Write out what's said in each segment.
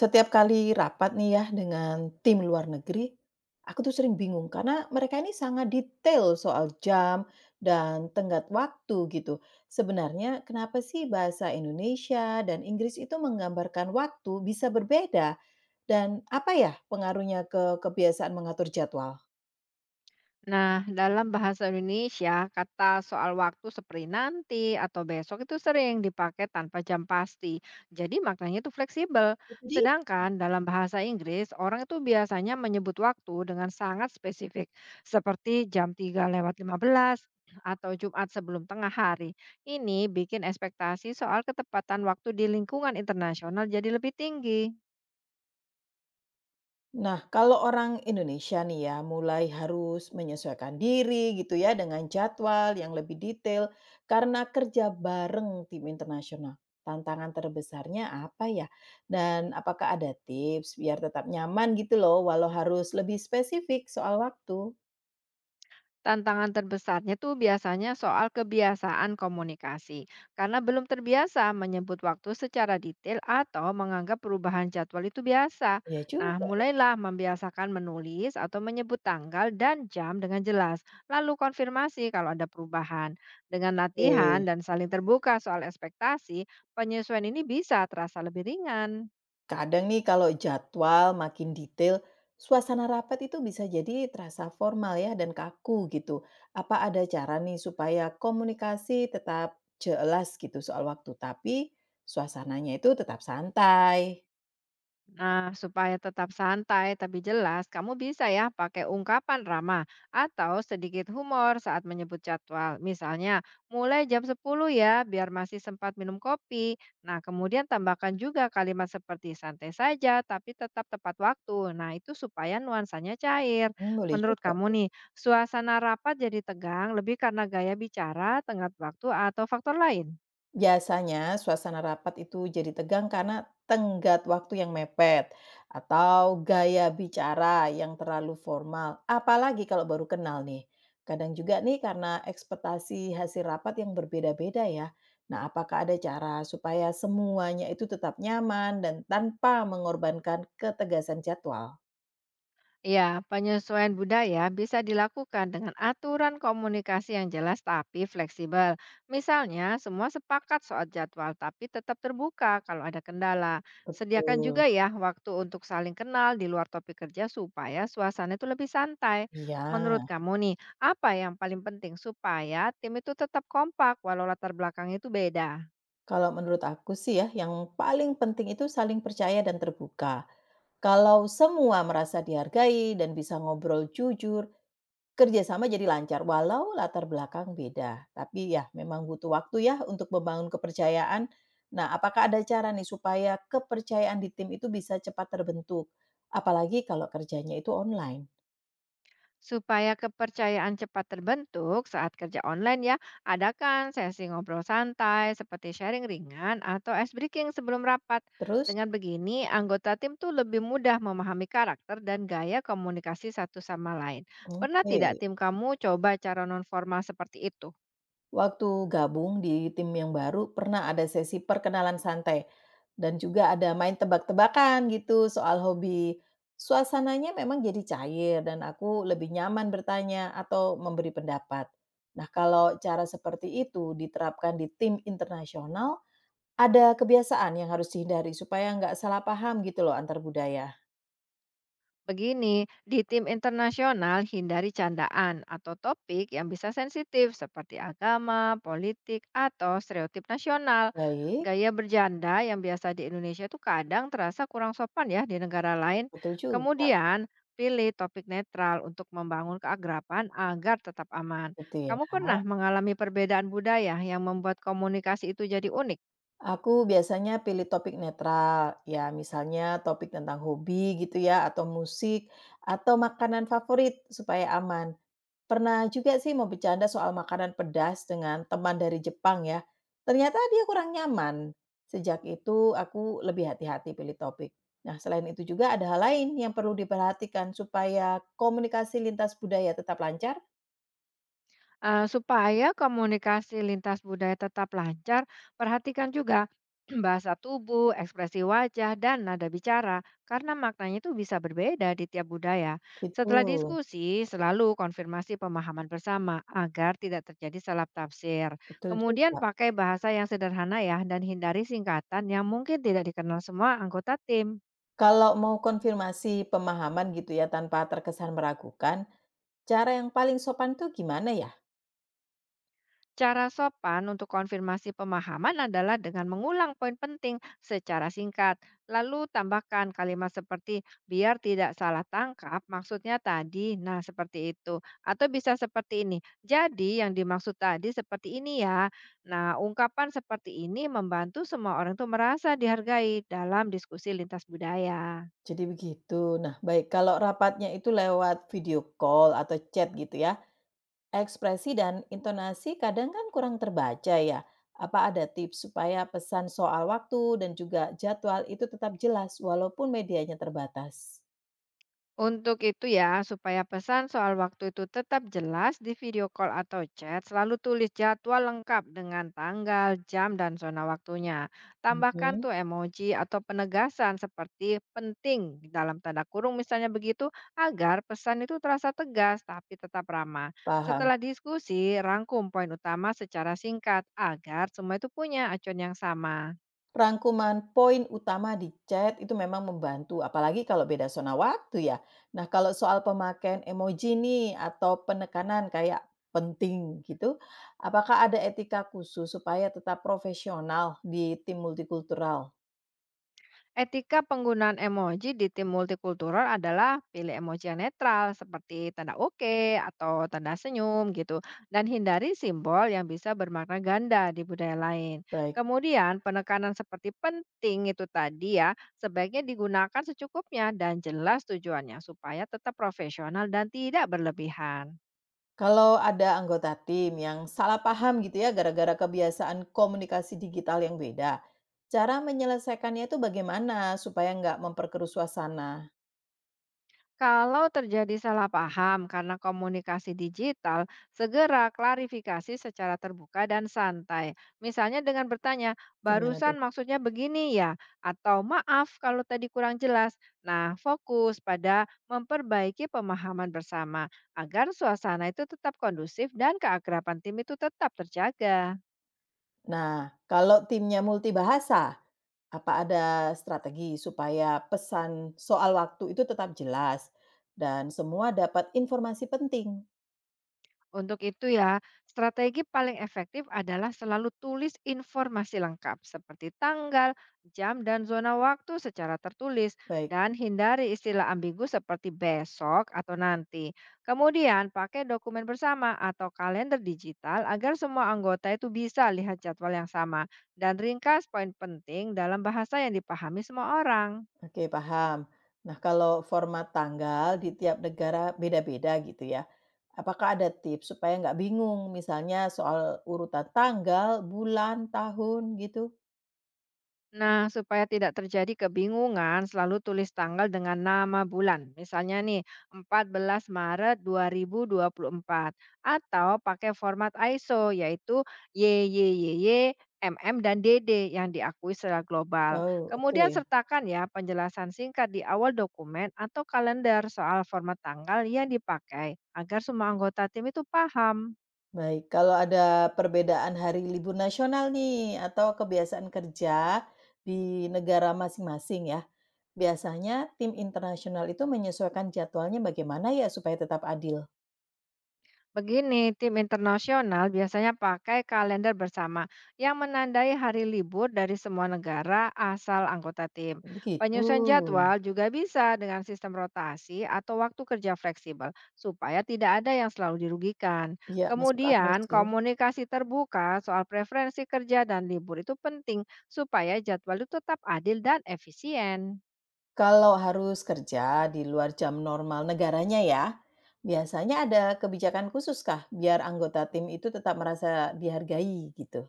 Setiap kali rapat nih ya dengan tim luar negeri, aku tuh sering bingung karena mereka ini sangat detail soal jam dan tenggat waktu gitu. Sebenarnya kenapa sih bahasa Indonesia dan Inggris itu menggambarkan waktu bisa berbeda dan apa ya pengaruhnya ke kebiasaan mengatur jadwal? Nah, dalam bahasa Indonesia, kata soal waktu seperti nanti atau besok itu sering dipakai tanpa jam pasti. Jadi maknanya itu fleksibel. Jadi. Sedangkan dalam bahasa Inggris, orang itu biasanya menyebut waktu dengan sangat spesifik, seperti jam 3 lewat 15 atau Jumat sebelum tengah hari. Ini bikin ekspektasi soal ketepatan waktu di lingkungan internasional jadi lebih tinggi. Nah, kalau orang Indonesia nih ya, mulai harus menyesuaikan diri gitu ya dengan jadwal yang lebih detail karena kerja bareng tim internasional. Tantangan terbesarnya apa ya? Dan apakah ada tips biar tetap nyaman gitu loh, walau harus lebih spesifik soal waktu? Tantangan terbesarnya tuh biasanya soal kebiasaan komunikasi, karena belum terbiasa menyebut waktu secara detail atau menganggap perubahan jadwal itu biasa. Ya Nah, juga. mulailah membiasakan menulis atau menyebut tanggal dan jam dengan jelas, lalu konfirmasi kalau ada perubahan. Dengan latihan Oke. dan saling terbuka soal ekspektasi, penyesuaian ini bisa terasa lebih ringan. Kadang nih kalau jadwal makin detail, suasana rapat itu bisa jadi terasa formal ya dan kaku gitu. Apa ada cara nih supaya komunikasi tetap jelas gitu soal waktu, tapi suasananya itu tetap santai? Nah, supaya tetap santai tapi jelas, kamu bisa ya pakai ungkapan ramah atau sedikit humor saat menyebut jadwal. Misalnya, mulai jam 10 ya, biar masih sempat minum kopi. Nah, kemudian tambahkan juga kalimat seperti santai saja tapi tetap tepat waktu. Nah, itu supaya nuansanya cair. Hmm, boleh Menurut juga. kamu nih, suasana rapat jadi tegang lebih karena gaya bicara, tenggat waktu, atau faktor lain? Biasanya suasana rapat itu jadi tegang karena tenggat waktu yang mepet atau gaya bicara yang terlalu formal, apalagi kalau baru kenal nih. Kadang juga nih karena ekspektasi hasil rapat yang berbeda-beda ya. Nah, apakah ada cara supaya semuanya itu tetap nyaman dan tanpa mengorbankan ketegasan jadwal? Ya, penyesuaian budaya bisa dilakukan dengan aturan komunikasi yang jelas tapi fleksibel. Misalnya, semua sepakat soal jadwal tapi tetap terbuka kalau ada kendala. Sediakan Betul. juga ya waktu untuk saling kenal di luar topik kerja supaya suasana itu lebih santai. Iya, Menurut kamu nih, apa yang paling penting supaya tim itu tetap kompak walau latar belakang itu beda? kalau menurut aku sih ya, yang paling penting itu saling percaya dan terbuka. Kalau semua merasa dihargai dan bisa ngobrol jujur, kerjasama jadi lancar walau latar belakang beda. Tapi ya memang butuh waktu ya untuk membangun kepercayaan. Nah, apakah ada cara nih supaya kepercayaan di tim itu bisa cepat terbentuk? Apalagi kalau kerjanya itu online. Supaya kepercayaan cepat terbentuk saat kerja online ya, adakan sesi ngobrol santai seperti sharing ringan atau ice breaking sebelum rapat. Terus, Dengan begini, anggota tim tuh lebih mudah memahami karakter dan gaya komunikasi satu sama lain. Pernah tidak oke. tim kamu coba cara non formal seperti itu? Waktu gabung di tim yang baru, pernah ada sesi perkenalan santai dan juga ada main tebak-tebakan gitu soal hobi. Suasananya memang jadi cair dan aku lebih nyaman bertanya atau memberi pendapat. Nah, kalau cara seperti itu diterapkan di tim internasional, ada kebiasaan yang harus dihindari supaya nggak salah paham gitu loh antar budaya. Begini, di tim internasional hindari candaan atau topik yang bisa sensitif seperti agama, politik, atau stereotip nasional. Baik, Gaya bercanda yang biasa di Indonesia itu kadang terasa kurang sopan ya di negara lain. betul juga, Kemudian, pilih topik netral untuk membangun keagrapan agar tetap aman. gitu ya. Kamu pernah mengalami perbedaan budaya yang membuat komunikasi itu jadi unik? Aku biasanya pilih topik netral, ya misalnya topik tentang hobi gitu ya, atau musik, atau makanan favorit supaya aman. Pernah juga sih mau bercanda soal makanan pedas dengan teman dari Jepang ya. Ternyata dia kurang nyaman. Sejak itu aku lebih hati-hati pilih topik. Nah, selain itu juga ada hal lain yang perlu diperhatikan supaya komunikasi lintas budaya tetap lancar. Supaya komunikasi lintas budaya tetap lancar, perhatikan juga bahasa tubuh, ekspresi wajah, dan nada bicara, karena maknanya itu bisa berbeda di tiap budaya. Itu Setelah diskusi, selalu konfirmasi pemahaman bersama agar tidak terjadi salah tafsir. betul Kemudian juga. pakai bahasa yang sederhana ya, dan hindari singkatan yang mungkin tidak dikenal semua anggota tim. Kalau mau konfirmasi pemahaman gitu ya tanpa terkesan meragukan, cara yang paling sopan tuh gimana ya? Cara sopan untuk konfirmasi pemahaman adalah dengan mengulang poin penting secara singkat, lalu tambahkan kalimat seperti biar tidak salah tangkap maksudnya tadi. Nah, seperti itu. Atau bisa seperti ini. Jadi yang dimaksud tadi seperti ini ya. Nah, ungkapan seperti ini membantu semua orang itu merasa dihargai dalam diskusi lintas budaya. Jadi begitu. Nah, baik kalau rapatnya itu lewat video call atau chat gitu ya, ekspresi dan intonasi kadang kan kurang terbaca ya. Apa ada tips supaya pesan soal waktu dan juga jadwal itu tetap jelas walaupun medianya terbatas? Untuk itu ya, supaya pesan soal waktu itu tetap jelas di video call atau chat, selalu tulis jadwal lengkap dengan tanggal, jam, dan zona waktunya. Tambahkan Mhm, tuh emoji atau penegasan seperti penting dalam tanda kurung misalnya begitu, agar pesan itu terasa tegas tapi tetap ramah. paham. Setelah diskusi, rangkum poin utama secara singkat agar semua itu punya acuan yang sama. Rangkuman poin utama di chat itu memang membantu, apalagi kalau beda zona waktu ya. Nah, kalau soal pemakaian emoji nih atau penekanan kayak penting gitu, apakah ada etika khusus supaya tetap profesional di tim multikultural? Etika penggunaan emoji di tim multikultural adalah pilih emoji yang netral seperti tanda oke atau tanda senyum gitu dan hindari simbol yang bisa bermakna ganda di budaya lain. Baik. Kemudian penekanan seperti penting itu tadi ya sebaiknya digunakan secukupnya dan jelas tujuannya supaya tetap profesional dan tidak berlebihan. Kalau ada anggota tim yang salah paham gitu ya gara-gara kebiasaan komunikasi digital yang beda, cara menyelesaikannya itu bagaimana supaya nggak memperkeruh suasana? Kalau terjadi salah paham karena komunikasi digital, segera klarifikasi secara terbuka dan santai. Misalnya dengan bertanya, Gimana tuh? barusan maksudnya begini ya, atau maaf kalau tadi kurang jelas. Nah, fokus pada memperbaiki pemahaman bersama agar suasana itu tetap kondusif dan keakraban tim itu tetap terjaga. Nah, kalau timnya multibahasa, apa ada strategi supaya pesan soal waktu itu tetap jelas dan semua dapat informasi penting? Untuk itu ya, strategi paling efektif adalah selalu tulis informasi lengkap seperti tanggal, jam, dan zona waktu secara tertulis Baik, dan hindari istilah ambigu seperti besok atau nanti. Kemudian pakai dokumen bersama atau kalender digital agar semua anggota itu bisa lihat jadwal yang sama dan ringkas poin penting dalam bahasa yang dipahami semua orang. oke, paham. Nah, kalau format tanggal di tiap negara beda-beda gitu ya. Apakah ada tips supaya nggak bingung misalnya soal urutan tanggal, bulan, tahun gitu? Nah, supaya tidak terjadi kebingungan, selalu tulis tanggal dengan nama bulan. Misalnya nih, 14 Maret 2024 atau pakai format ISO yaitu YYYY, MM dan DD yang diakui secara global. Oh, oke. Kemudian sertakan ya penjelasan singkat di awal dokumen atau kalender soal format tanggal yang dipakai agar semua anggota tim itu paham. Baik, kalau ada perbedaan hari libur nasional nih atau kebiasaan kerja di negara masing-masing ya. Biasanya tim internasional itu menyesuaikan jadwalnya bagaimana ya supaya tetap adil? Begini, tim internasional biasanya pakai kalender bersama yang menandai hari libur dari semua negara asal anggota tim. Begitu. Penyusun jadwal juga bisa dengan sistem rotasi atau waktu kerja fleksibel supaya tidak ada yang selalu dirugikan. Iya, masuk akal Kemudian, sih. komunikasi terbuka soal preferensi kerja dan libur itu penting supaya jadwal itu tetap adil dan efisien. Kalau harus kerja di luar jam normal negaranya ya, biasanya ada kebijakan khusus kah biar anggota tim itu tetap merasa dihargai gitu?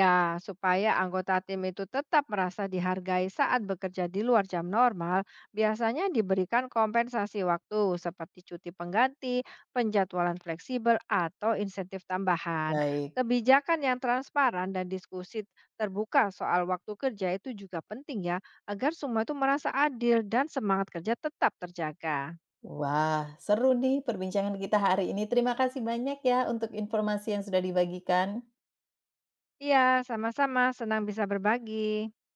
Ya, supaya anggota tim itu tetap merasa dihargai saat bekerja di luar jam normal, biasanya diberikan kompensasi waktu seperti cuti pengganti, penjadwalan fleksibel, atau insentif tambahan. Baik. Kebijakan yang transparan dan diskusi terbuka soal waktu kerja itu juga penting ya, agar semua itu merasa adil dan semangat kerja tetap terjaga. Wah, seru nih perbincangan kita hari ini. Terima kasih banyak ya untuk informasi yang sudah dibagikan. Iya, sama-sama, senang bisa berbagi.